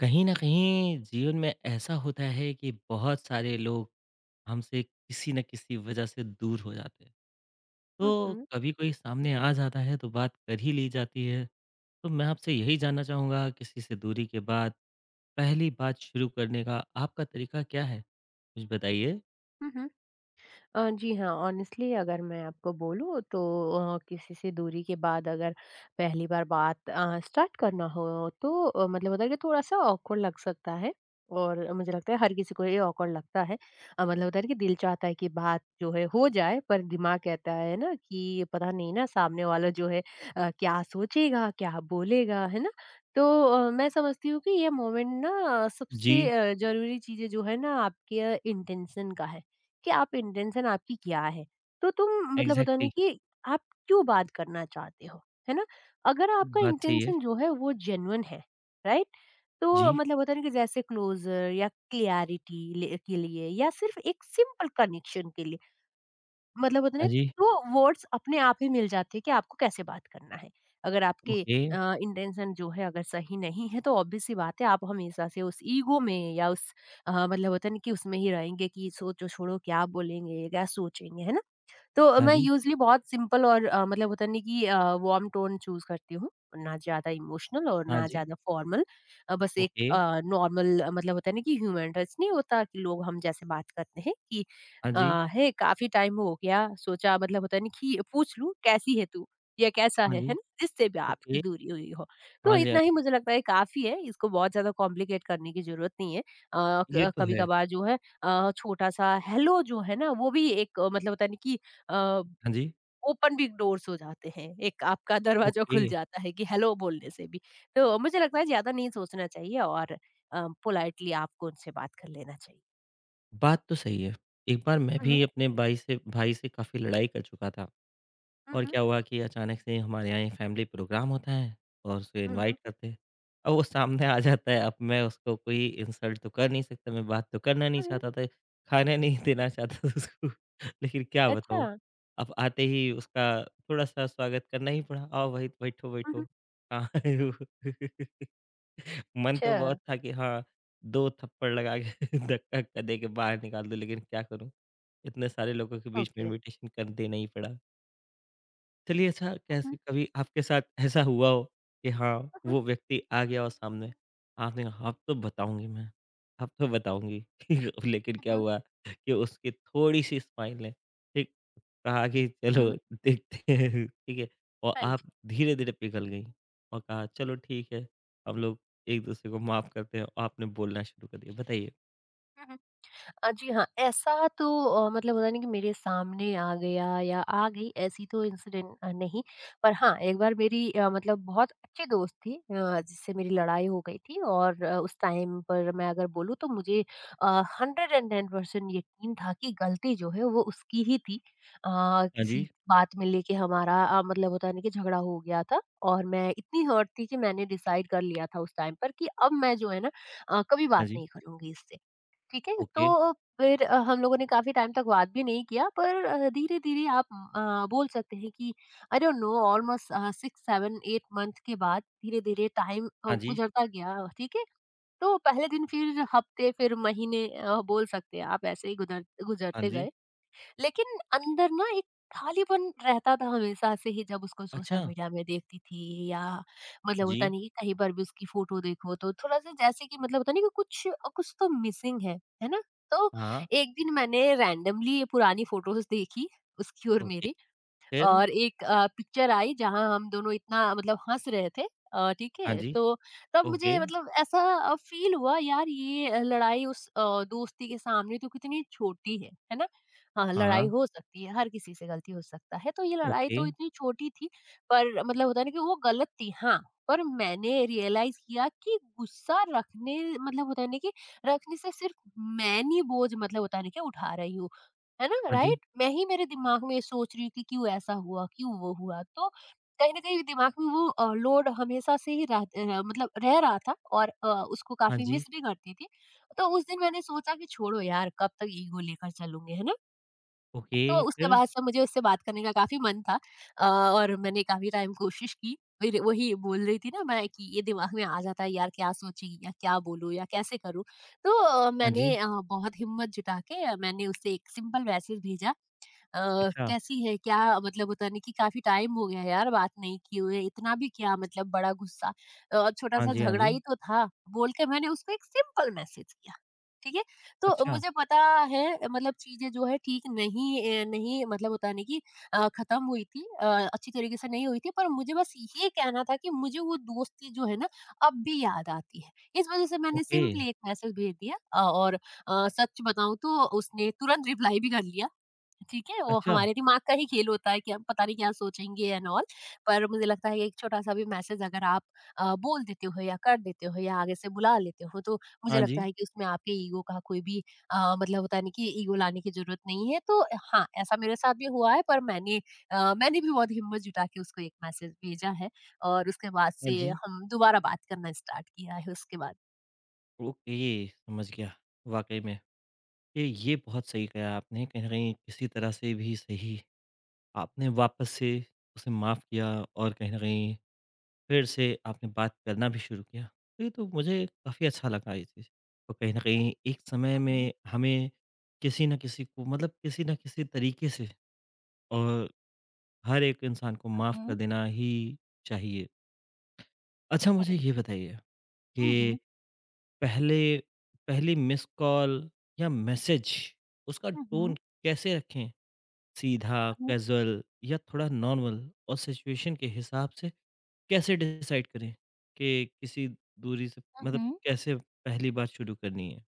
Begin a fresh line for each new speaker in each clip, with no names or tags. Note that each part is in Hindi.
कहीं न कहीं जीवन में ऐसा होता है कि बहुत सारे लोग हमसे किसी न किसी वजह से दूर हो जाते हैं।
हुँ,
तो
हुँ।
कभी कोई सामने आ जाता है तो बात कर ही ली जाती है। तो मैं आपसे यही जानना चाहूँगा किसी से दूरी के बाद पहली बात शुरू करने का आपका तरीका क्या है? कुछ बताइए?
हुँ, हुँ। जी हाँ, ऑनेस्टली अगर मैं आपको बोलूँ तो किसी से दूरी के बाद अगर पहली बार बात स्टार्ट करना हो तो मतलब होता है कि थोड़ा-सा ऑकवर्ड लग सकता है और मुझे लगता है हर किसी को ये ऑकवर्ड लगता है। मतलब होता है ना कि दिल चाहता है कि बात जो है हो जाए पर दिमाग कहता है ना कि पता नहीं ना सामने वाला जो है क्या सोचेगा, क्या बोलेगा, है ना? तो मैं समझती हूँ कि ये मोमेंट ना
जी,
सबसे ज़रूरी चीज़ें जो है ना आपके इंटेंशन का है। कि आप इंटेंशन आपकी क्या है? तो तुम मतलब होता है ना
एग्ज़ैक्टली,
कि आप क्यों बात करना चाहते हो, है ना? अगर आपका
बात सही है।
इंटेंशन जो है वो जेन्युइन है, राइट? तो
जी,
मतलब होता है ना कि जैसे क्लोज़र या क्लैरिटी ले के लिए या सिर्फ़ एक सिंपल कनेक्शन के लिए। मतलब होता है
हाँ
ना,
जी,
तो वर्ड्स अपने आप ही मिल जाते हैं कि आपको कैसे बात करना है। अगर आपके
ओके,
अ, इंटेंशन जो है अगर सही नहीं है, तो ऑब्वियस सी बात है आप हमेशा से उस ईगो में या उस मतलब होता है ना कि उसमें ही रहेंगे कि सोचो छोड़ो क्या बोलेंगे, क्या सोचेंगे, है ना? तो
हाँ
मैं
जी,
यूज़ुअली बहुत सिंपल और मतलब होता नहीं कि वार्म टोन चूज़ करती हूँ, ना ज़्यादा इमोशनल और
हाँ
ना
जी,
ज़्यादा फॉर्मल। बस एक
ओके,
नॉर्मल मतलब होता है ना कि ह्यूमन टच नहीं होता कि लोग हम जैसे बात करते हैं कि
हाँ जी,
"हे काफ़ी टाइम हो गया, सोचा मतलब होता है ना कि पूछ लूँ कैसी है तू? या कैसा
हाँ
है?" है
जी,
ना? जिससे भी आपकी
ओके,
दूरी हुई हो। तो
हाँ जी, हाँ
इतना ही
जी।
मुझे लगता है काफ़ी है, इसको बहुत ज़्यादा कॉम्प्लिकेट करने की ज़रूरत नहीं है। अ,
ये
क
तो है।
कभी-कभार जो है छोटा-सा हेलो जो है ना वो भी एक मतलब होता है ना कि अ,
हाँ जी,
ओपन बिग डोर्स हो जाते हैं। एक आपका दरवाज़ा
ओके।
खुल जाता है कि हेलो बोलने से भी। तो मुझे लगता है ज़्यादा नहीं सोचना चाहिए और पोलाइटली आपको उनसे बात कर लेना चाहिए।
बात तो सही है। एक बार मैं
हुँ,
भी अपने भाई से काफ़ी लड़ाई कर चुका था।
हुँ,
और
हुँ,
क्या हुआ कि अचानक से हमारे यहाँ एक फैमिली प्रोग्राम होता है और उसे
हुँ, हुँ।
इनवाइट करते हैं। अब वो सामने आ जाता है, अब मैं उसको कोई इंसल्ट तो कर नहीं सकता, मैं बात तो करना नहीं
हुँ,
चाहता था, खाने नहीं देना चाहता था उसको लेकिन क्या
अच्छा।
बताऊँ, अब आते ही उसका थोड़ा-सा स्वागत करना ही पड़ा, आओ भाई बैठो,
हुँ, हुँ।
बैठो। कहाँ आए हो? मन तो
अच्छा,
बहुत था कि हाँ, 2 थप्पड़ लगा के धक्का-वक्का दे के बाहर निकाल दूँ लेकिन क्या करूँ, इतने सारे लोगों के बीच में
ओके।
इनविटेशन कर देना ही पड़ा। चलिए ऐसा
हुँ,
कैसे
हुँ,
कभी आपके साथ ऐसा हुआ हो कि हाँ,
हुँ, हुँ,
वो व्यक्ति आ गया हो सामने, आपने कहा अब तो बताऊँगी मैं, अब तो बताऊँगी। लेकिन क्या
हुँ,
हुआ कि उसकी थोड़ी-सी स्माइल ने ठीक कहा कि चलो
हुँ।
देखते हैं, ठीक है? और
हाँ जी।
आप धीरे-धीरे पिघल गईं और कहा चलो ठीक है, हम लोग एक-दूसरे को माफ़ करते हैं और आपने बोलना शुरू कर दिया। बताइए?
जी हाँ, ऐसा तो मतलब होता है ना कि मेरे सामने आ गया या आ गई ऐसी तो इंसिडेंट नहीं। पर हाँ, एक बार मेरी मतलब बहुत अच्छी दोस्त थी जिससे मेरी लड़ाई हो गई थी और उस टाइम पर मैं अगर बोलूँ तो मुझे 110% यकीन था कि गलती जो है वो उसकी ही थी। अ,
हाँ जी,
किसी बात में लेके हमारा मतलब होता है ना कि झगड़ा हो गया था और मैं इतनी हर्ट थी कि मैंने डिसाइड कर लिया था उस टाइम पर कि अब मैं जो है ना कभी
हाँ
बात
जी,
नहीं करूँगी इससे। ठीक है?
ओके,
तो फिर हम लोगों ने काफ़ी टाइम तक बात भी नहीं किया पर धीरे-धीरे आप बोल सकते हैं कि I don't know almost 6, 7, 8 month के बाद धीरे-धीरे टाइम
हाँ जी,
गुज़रता गया, ठीक है? तो पहले दिन फिर हफ्ते, फिर महीने बोल सकते हैं आप ऐसे ही गुदर
हाँ
गुज़रते
जी,
गए। लेकिन अंदर ना एक खालीपन रहता था हमेशा से ही जब उसको
अच्छा,
सोशल मीडिया में देखती थी या मतलब होता
जी,
नहीं कि कहीं पर भी उसकी फोटो देखो तो थोड़ा सा जैसे कि मतलब होता नहीं कि कुछ कुछ तो मिसिंग है ना? तो
हाँ,
एक दिन मैंने रैंडमली ये पुरानी फोटोज देखी उसकी और
ओके,
मेरी,
फिर?
और एक पिक्चर आई जहाँ हम दोनों इतना मतलब हँस रहे थे। ठीक
हाँ
है,
जी,
तो तब
ओके।
मुझे मतलब ऐसा फील हुआ यार ये लड़ाई उस दोस्ती के सामने तो कितनी छोटी है ना? हाँ लड़ाई
हाँ,
हो सकती है हर किसी से, गलती हो सकता है, तो ये लड़ाई
ओके।
तो इतनी छोटी थी। पर मतलब होता है ना कि वो गलत थी हाँ, पर मैंने रियलाइज किया कि गुस्सा रखने मतलब होता है ना कि रखने से सिर्फ मैं नहीं बोझ मतलब होता नहीं कि उठा रही हूँ, है ना,
हाँ जी,
राइट? मैं ही मेरे दिमाग में सोच रही हूँ कि क्यों ऐसा हुआ, क्यों वो हुआ, तो कहीं ना कहीं दिमाग में वो लोड हमेशा से ही रह, रह- मतलब रह रहा था और उसको
हाँ
काफी
जी,
मिस भी करती थी। तो उस दिन मैंने सोचा कि छोड़ो यार, कब तक ईगो लेकर चलूंगी, है ना?
ओके
तो उसके
फिर?
बाद से मुझे उससे बात करने का काफी मन था। अ, और मैंने काफी टाइम कोशिश की, फिर वही बोल रही थी ना मैं कि ये दिमाग में आ जाता है यार क्या सोचेगी या क्या बोलूं या कैसे करूं। तो
हाँ
मैंने
जी,
बहुत हिम्मत जुटा के मैंने उससे एक सिंपल मैसेज भेजा। अ,
अच्छा।
कैसी है? क्या मतलब होता है ना कि काफ़ी टाइम हो गया है यार, बात नहीं किए हुए, इतना भी क्या मतलब बड़ा गुस्सा,
हाँ
छोटा-सा
जी, हाँ
झगड़ा
जी,
ही तो था, बोल के मैंने उसको एक सिंपल मैसेज किया, ठीक है? तो
अच्छा,
मुझे पता है मतलब चीज़ें जो है ठीक नहीं नहीं मतलब होता नहीं कि खत्म हुई थी, अच्छी तरीके से नहीं हुई थी, पर मुझे बस ये कहना था कि मुझे वो दोस्ती जो है ना, अब भी याद आती है। इस वजह से मैंने
ओके,
सिंपली एक मैसेज भेज दिया, और सच बताऊँ तो उसने तुरंत रिप्लाई भी कर लिया। ठीक है? वो
अच्छा,
हमारे दिमाग का ही खेल होता है कि हम पता नहीं क्या सोचेंगे एंड ऑल। पर मुझे लगता है कि एक छोटा-सा भी मैसेज अगर आप बोल देते हो या कर देते हो या आगे से बुला लेते हो, तो मुझे
हाँ जी,
लगता है कि उसमें आपके ईगो का कोई भी मतलब होता है ना कि ईगो लाने की ज़रूरत नहीं है। तो हाँ, ऐसा मेरे साथ भी हुआ है पर मैंने मैंने भी बहुत हिम्मत जुटा के उसको एक मैसेज भेजा है, और उसके बाद
हाँ
से
जी,
हम दोबारा बात करना स्टार्ट किया है उसके बाद।
ओके, समझ गया। वाक़ई में, ये बहुत सही कहा आपने, कहीं न कहीं किसी तरह से भी सही, आपने वापस से उसे माफ़ किया और कहीं न कहीं फिर से आपने बात करना भी शुरू किया। तो ये तो मुझे काफ़ी अच्छा लगा ये चीज़। और कहीं न कहीं एक समय
हुँ, हुँ।
में हमें किसी न किसी को मतलब किसी न किसी तरीके से और हर एक इंसान को
हुँ,
माफ़ कर
हुँ।
देना ही चाहिए। अच्छा मुझे
करेक्ट।
ये बताइए
हुँ,
कि
हुँ।
पहले पहली मिस्ड कॉल या मैसेज उसका
हुँ,
टोन
हुँ।
कैसे रखें? सीधा, कैज़ुअल या थोड़ा नॉर्मल और सिचुएशन के हिसाब से कैसे डिसाइड करें कि किसी दूरी से
हुँ,
मतलब
हुँ।
कैसे पहली बात शुरू करनी है?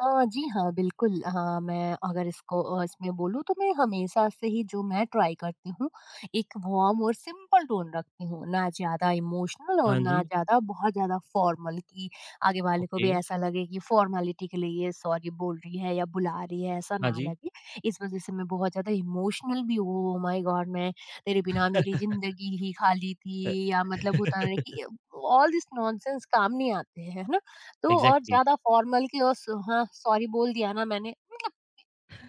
जी हाँ, बिल्कुल। हाँ, मैं अगर इसको इसमें बोलूँ तो मैं हमेशा से ही जो मैं ट्राई करती हूँ, एक वार्म और सिंपल टोन रखती हूँ, ना ज़्यादा इमोशनल और
हाँ
ना
जी,
ज़्यादा बहुत ज़्यादा फॉर्मल कि आगे वाले को
ओके,
भी ऐसा लगे कि फॉर्मेलिटी के लिए ये सॉरी बोल रही है या बुला रही है, ऐसा
हाँ
ना
जी।
लगे। इस वज़ह से मैं बहुत ज़्यादा इमोशनल भी हूँ, ओह माय गॉड! मैं तेरे बिना मेरी ज़िंदगी ही खाली
अ,
थी या मतलब होता है ना कि ऑल दिस नॉनसेंस काम नहीं आते हैं, है ना? तो और
एग्ज़ैक्टली,
ज़्यादा फॉर्मल की और स हाँ, सॉरी बोल दिया ना मैंने, मतलब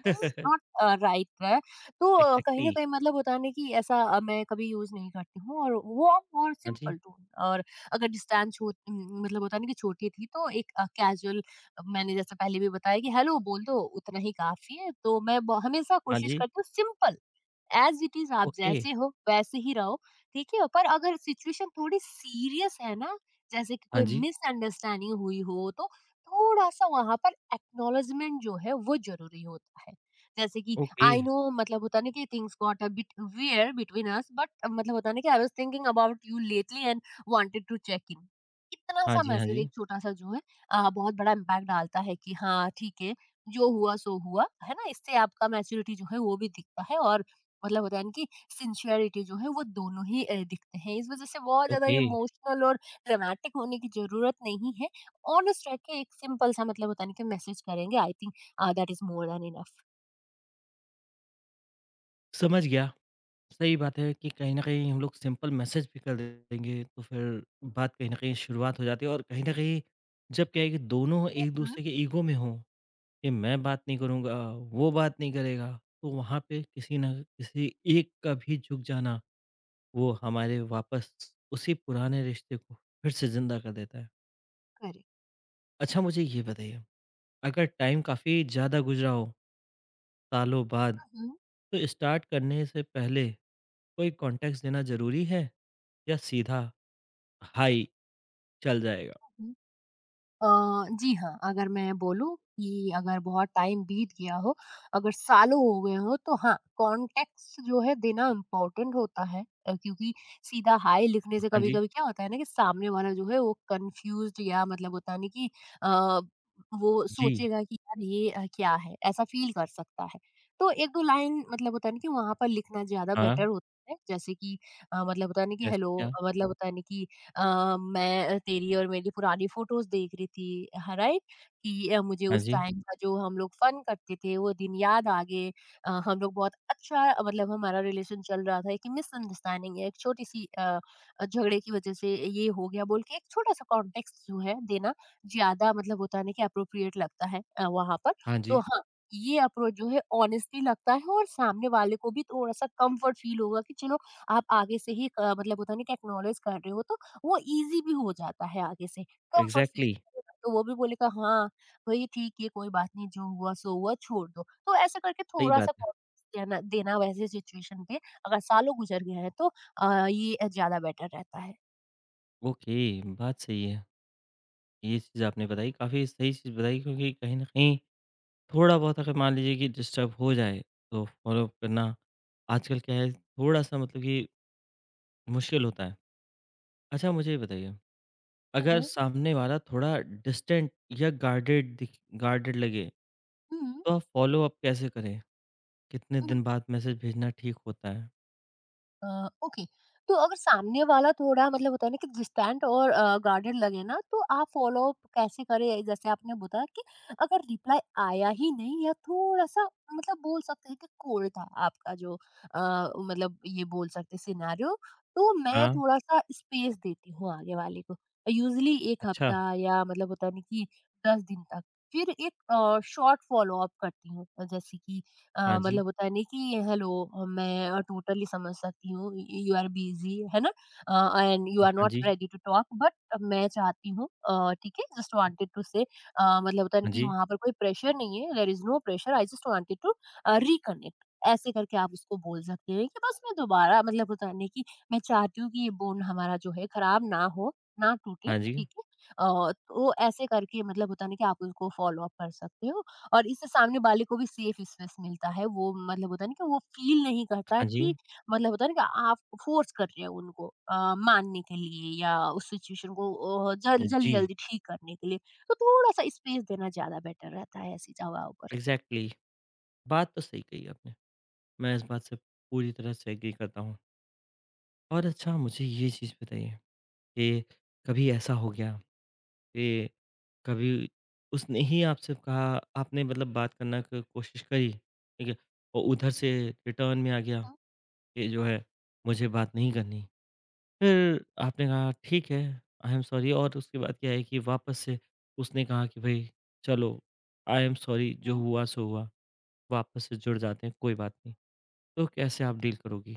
दिस इज़ नॉट राइट है। तो कहीं न कहीं मतलब होता है ना कि ऐसा मैं कभी यूज़ नहीं करती हूँ, और वार्म और
हाँ जी,
सिंपल टोन और अगर डिस्टेंस मतलब होता है ना कि छोटी थी तो एक कैज़ुअल मैंने जैसे पहले भी बताया कि हेलो बोल दो उतना ही काफ़ी है। तो मैं ब हमेशा
हाँ
कोशिश
जी,
करती हूँ सिंपल, ऐज़ इट इज़, आप
ओके,
जैसे हो वैसे ही रहो, ठीक है? पर अगर सिचुएशन थोड़ी सीरियस है ना जैसे कि
हाँ
कोई
जी,
मिसअंडरस्टैंडिंग हुई हो, तो थोड़ा सा वहां पर एक्नॉलेजमेंट जो है वो जरूरी होता है। जैसे कि
ओके।
आई नो मतलब होता नहीं कि things got a bit weird between us but मतलब होता नहीं कि I was thinking about you lately and wanted to check in, इतना
हाँ
सा
जी, हाँ
मैसेज
जी।
एक छोटा सा जो है बहुत बड़ा इम्पैक्ट डालता है कि हाँ ठीक है, जो हुआ सो हुआ, है ना? इससे आपका मैच्योरिटी जो है वो भी दिखता है और मतलब होता है ना कि सिंसियरिटी जो है वो दोनों ही दिखते हैं, इस वजह से बहुत ज्यादा
ओके,
इमोशनल और ड्रामेटिक होने की ज़रूरत नहीं है। ऑनेस्ट रह के एक सिंपल-सा मतलब होता है ना कि मैसेज करेंगे, I think that is more than enough.
समझ गया। सही बात है कि कहीं न कहीं हम लोग सिंपल मैसेज भी कर देंगे, तो फिर बात कहीं न कहीं शुरुआत हो जाती है और कहीं न कहीं जब क्या है कि दोनों
हुँ, हुँ।
एक-दूसरे के ईगो में हों, कि मैं बात नहीं करूँगा, वो बात नहीं करेगा, तो वहाँ पे किसी न किसी एक का भी झुक जाना, वो हमारे वापस उसी पुराने रिश्ते को फिर से ज़िंदा कर देता है।
करेक्ट।
अच्छा मुझे ये बताइए, अगर टाइम काफ़ी ज़्यादा गुज़रा हो, सालों बाद,
हुँ,
तो स्टार्ट करने से पहले कोई कॉन्टेक्स्ट देना ज़रूरी है या सीधा हाय चल जाएगा?
हुँ। अ, जी हाँ, अगर मैं बोलूँ कि अगर बहुत टाइम बीत गया हो, अगर सालों हो गए हों, तो हाँ, कॉन्टेक्स्ट जो है देना इम्पोर्टेंट होता है क्योंकि सीधा हाय लिखने से
हाँ जी,
कभी-कभी क्या होता है ना कि सामने वाला जो है वो कन्फ्यूज़्ड या मतलब होता है ना कि अ, वो
जी,
सोचेगा कि यार ये क्या है? ऐसा फ़ील कर सकता है। तो 1-2 लाइन मतलब होता है ना कि वहाँ पर लिखना ज़्यादा
हाँ,
बेटर होता है। जैसे कि मतलब होता है ना कि
कैसे
हेलो
क्या?
मतलब होता है ना कि मैं तेरी और मेरी पुरानी फ़ोटोज़ देख रही थी, ह राइट? कि मुझे
हाँ
उस
जी,
टाइम का जो हम लोग फ़न करते थे, वो दिन याद आ गए। हम लोग बहुत अच्छा मतलब हमारा रिलेशन चल रहा था, एक मिसअंडरस्टैंडिंग है, एक छोटी-सी झगड़े की वज़ह से ये हो गया बोल के एक छोटा-सा कॉन्टेक्स्ट जो है देना, ज़्यादा मतलब होता है ना कि एप्रोप्रिएट लगता है वहाँ पर।
हाँ
तो
जी,
हाँ, ये अप्रोच जो है ऑनेस्टली लगता है और सामने वाले को भी थोड़ा-सा कम्फ़र्ट फ़ील होगा कि चलो, आप आगे से ही मतलब होता है ना कि एक्नॉलेज कर रहे हो, तो वो ईज़ी भी हो जाता है आगे से, कम्फर्ट फील
एग्ज़ैक्टली,
करेगा, तो वो भी बोलेगा हाँ, भई ठीक है कोई बात नहीं जो हुआ सो हुआ छोड़ दो। तो ऐसा करके
सही बात
थोड़ा-सा
है।
कॉन्फिडेंस देना देना वैसे सिचुएशन पे अगर सालों गुज़र गए हैं तो ये ज़्यादा बेटर रहता है।
ओके, बात सही है। ये चीज़ आपने बताई, काफ़ी सही चीज़ बताई क्योंकि कहीं न कहीं थोड़ा बहुत अगर मान लीजिए कि डिस्टर्ब हो जाए, तो फ़ॉलो अप करना आजकल क्या है थोड़ा-सा मतलब कि मुश्किल होता है। अच्छा मुझे ये बताइए,
हुँ,
अगर
हुँ।
सामने वाला थोड़ा डिस्टेंट या गार्डेड लगे,
हुँ,
तो आप फ़ॉलो अप कैसे करें? कितने
हुँ।
दिन बाद मैसेज भेजना ठीक होता है?
अ, ओके, तो अगर सामने वाला थोड़ा मतलब होता है ना कि डिस्टेंट और गार्डेड लगे ना तो आप फॉलो अप कैसे करें, जैसे आपने बताया कि अगर रिप्लाई आया ही नहीं या थोड़ा सा मतलब बोल सकते हैं कि कोल्ड था आपका जो मतलब ये बोल सकते सिनेरियो, तो मैं
हाँ,
थोड़ा सा स्पेस देती हूँ आगे वाले को, यूजली एक
अच्छा।
हफ्ता या मतलब होता नहीं कि 10 दिन तक, फिर एक शॉर्ट फॉलो अप करती हूँ, जैसे कि
हाँ जी,
मतलब होता है नहीं कि हेलो, मैं टोटली समझ सकती हूँ यू आर बिजी, है ना? एंड यू आर
हाँ
नॉट
जी,
रेडी टू टॉक बट मैं चाहती हूँ ठीक है, जस्ट वांटेड टू से मतलब होता है ना
हाँ
कि
जी,
वहां पर कोई प्रेशर नहीं है, there is no pressure, I just wanted to reconnect, ऐसे करके आप उसको बोल सकते हैं कि बस मैं दोबारा मतलब होता है नहीं कि मैं चाहती हूँ कि ये बोन हमारा जो है खराब ना हो, ना टूटे,
हाँ जी,
ठीक है। तो ऐसे करके मतलब होता नहीं कि आप उसको फॉलो अप कर सकते हो और इससे सामने वाले को भी सेफ स्पेस मिलता है। वो मतलब होता है ना कि वो फ़ील नहीं करता
हाँ जी,
कि मतलब होता है ना कि आप फ़ोर्स कर रहे हो उनको मानने के लिए या उस सिचुएशन को
जी,
जल्दी-जल्दी ठीक करने के लिए। तो थोड़ा-सा स्पेस देना ज़्यादा बेटर रहता है ऐसी जगहों पर।
एग्ज़ैक्टली, बात तो सही कही आपने। मैं इस बात से पूरी तरह से एग्री करता हूँ। और अच्छा मुझे ये चीज़ बताइए कि कभी ऐसा हो गया कि कभी उसने ही आपसे कहा आपने मतलब बात करना की कोशिश करी, ठीक है? और उधर से रिटर्न में आ गया
हुँ,
कि जो है मुझे बात नहीं करनी। फिर आपने कहा ठीक है, आई एम सॉरी और उसके बाद क्या है कि वापस से उसने कहा कि भई चलो आई एम सॉरी जो
हुँ।
हुआ सो हुआ, वापस से जुड़ जाते हैं, कोई बात नहीं। तो कैसे आप डील करोगी?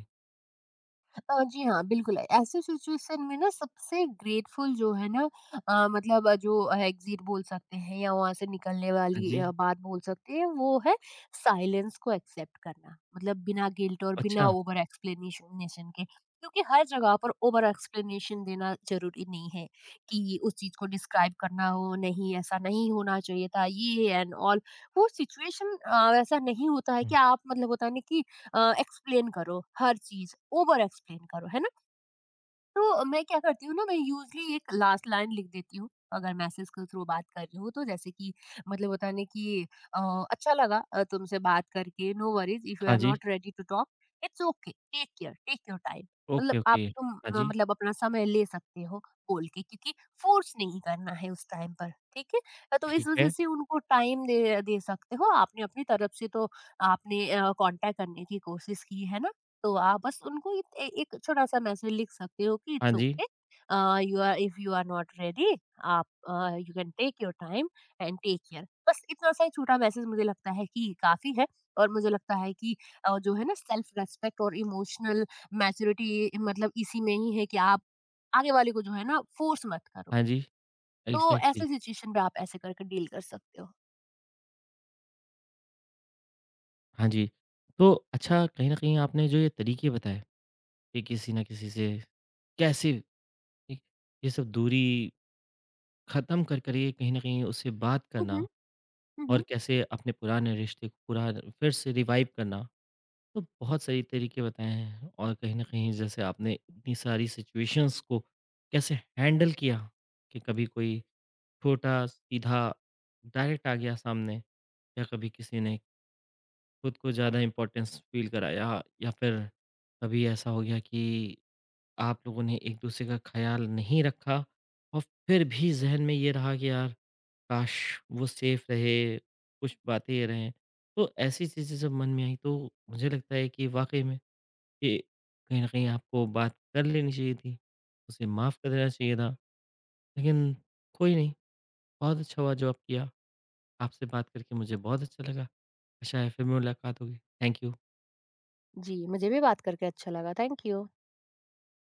जी हाँ, बिल्कुल, ऐसे सिचुएशन में ना सबसे ग्रेटफुल जो है ना मतलब जो एग्ज़िट बोल सकते हैं या वहाँ से निकलने
हाँ
वाली
जी,
बात बोल सकते हैं, वो है साइलेंस को एक्सेप्ट करना। मतलब बिना गिल्ट और बिना
अच्छा,
ओवर एक्सप्लेनेशन के। क्योंकि हर जगह पर ओवर एक्सप्लेनेशन देना ज़रूरी नहीं है कि उस चीज़ को डिस्क्राइब करना हो, नहीं ऐसा नहीं होना चाहिए था, ये एंड ऑल। वो सिचुएशन वैसा नहीं होता है
हुँ,
कि आप मतलब होता है ना कि एक्सप्लेन करो हर चीज़, ओवर एक्सप्लेन करो, है ना? तो मैं क्या करती हूँ ना, मैं यूज़ुअली एक लास्ट लाइन लिख देती हूँ, अगर मैसेज के थ्रू बात कर रही हूँ तो। जैसे कि मतलब होता है ना कि अ, "अच्छा लगा तुमसे बात करके, नो वरीज़ इफ यू
हाँ
आर
जी,
not ready to talk, it's okay, take care, take your time." मतलब
ओके,
आप
ओके,
तुम
हाँ जी,
मतलब अपना समय ले सकते हो बोल के, क्योंकि फ़ोर्स नहीं करना है उस टाइम पर, ठीक है? तो इस
ठीक
वज़ह
है,
से उनको टाइम दे दे सकते हो। आपने अपनी तरफ से तो आपने कॉन्टैक्ट करने की कोशिश की है ना? तो आप बस उनको एक छोटा सा मैसेज लिख सकते हो कि
हाँ
इट्स
जी,
okay, you are if you are not ready, आप you can take your time and take care. बस इतना सा ही छोटा मैसेज मुझे लगता है कि काफी है और मुझे लगता है कि जो है ना सेल्फ रेस्पेक्ट और इमोशनल मैच्योरिटी मतलब इसी में ही है कि आप आगे वाले को जो है ना फोर्स मत करो।
हाँ जी,
तो
एग्ज़ैक्टली,
ऐसे सिचुएशन पे आप ऐसे करके डील कर सकते हो।
हाँ जी। तो अच्छा कहीं न कहीं आपने जो ये तरीके बताए कि किसी न किसी से कैसे ये ये सब दूरी ख़त्म कर ये कहीं न कहीं उससे बात
हम्म।
करना और
हम्म।
कैसे अपने पुराने रिश्ते को पूरा फिर से रिवाइव करना। तो बहुत सही तरीके बताए हैं और कहीं न कहीं जैसे आपने इतनी सारी सिचुएशंस को कैसे हैंडल किया कि कभी कोई छोटा, सीधा, डायरेक्ट आ गया सामने या कभी किसी ने खुद को ज़्यादा इम्पोर्टेंस फ़ील कराया या फिर कभी ऐसा हो गया कि आप लोगों ने एक-दूसरे का ख़्याल नहीं रखा और फिर भी ज़हन में ये रहा कि यार काश वो सेफ रहे कुछ बातें रहें तो ऐसी चीज़ें जब मन में आई तो मुझे लगता है कि वाकई में कि कहीं ना कहीं आपको बात कर लेनी चाहिए थी उसे माफ़ कर देना चाहिए था लेकिन कोई नहीं बहुत अच्छा हुआ जो आप किया। आपसे बात करके मुझे बहुत अच्छा लगा। आशा है फिर मुलाकात होगी। Thank you.
जी, मुझे भी बात करके अच्छा लगा, थैंक यू।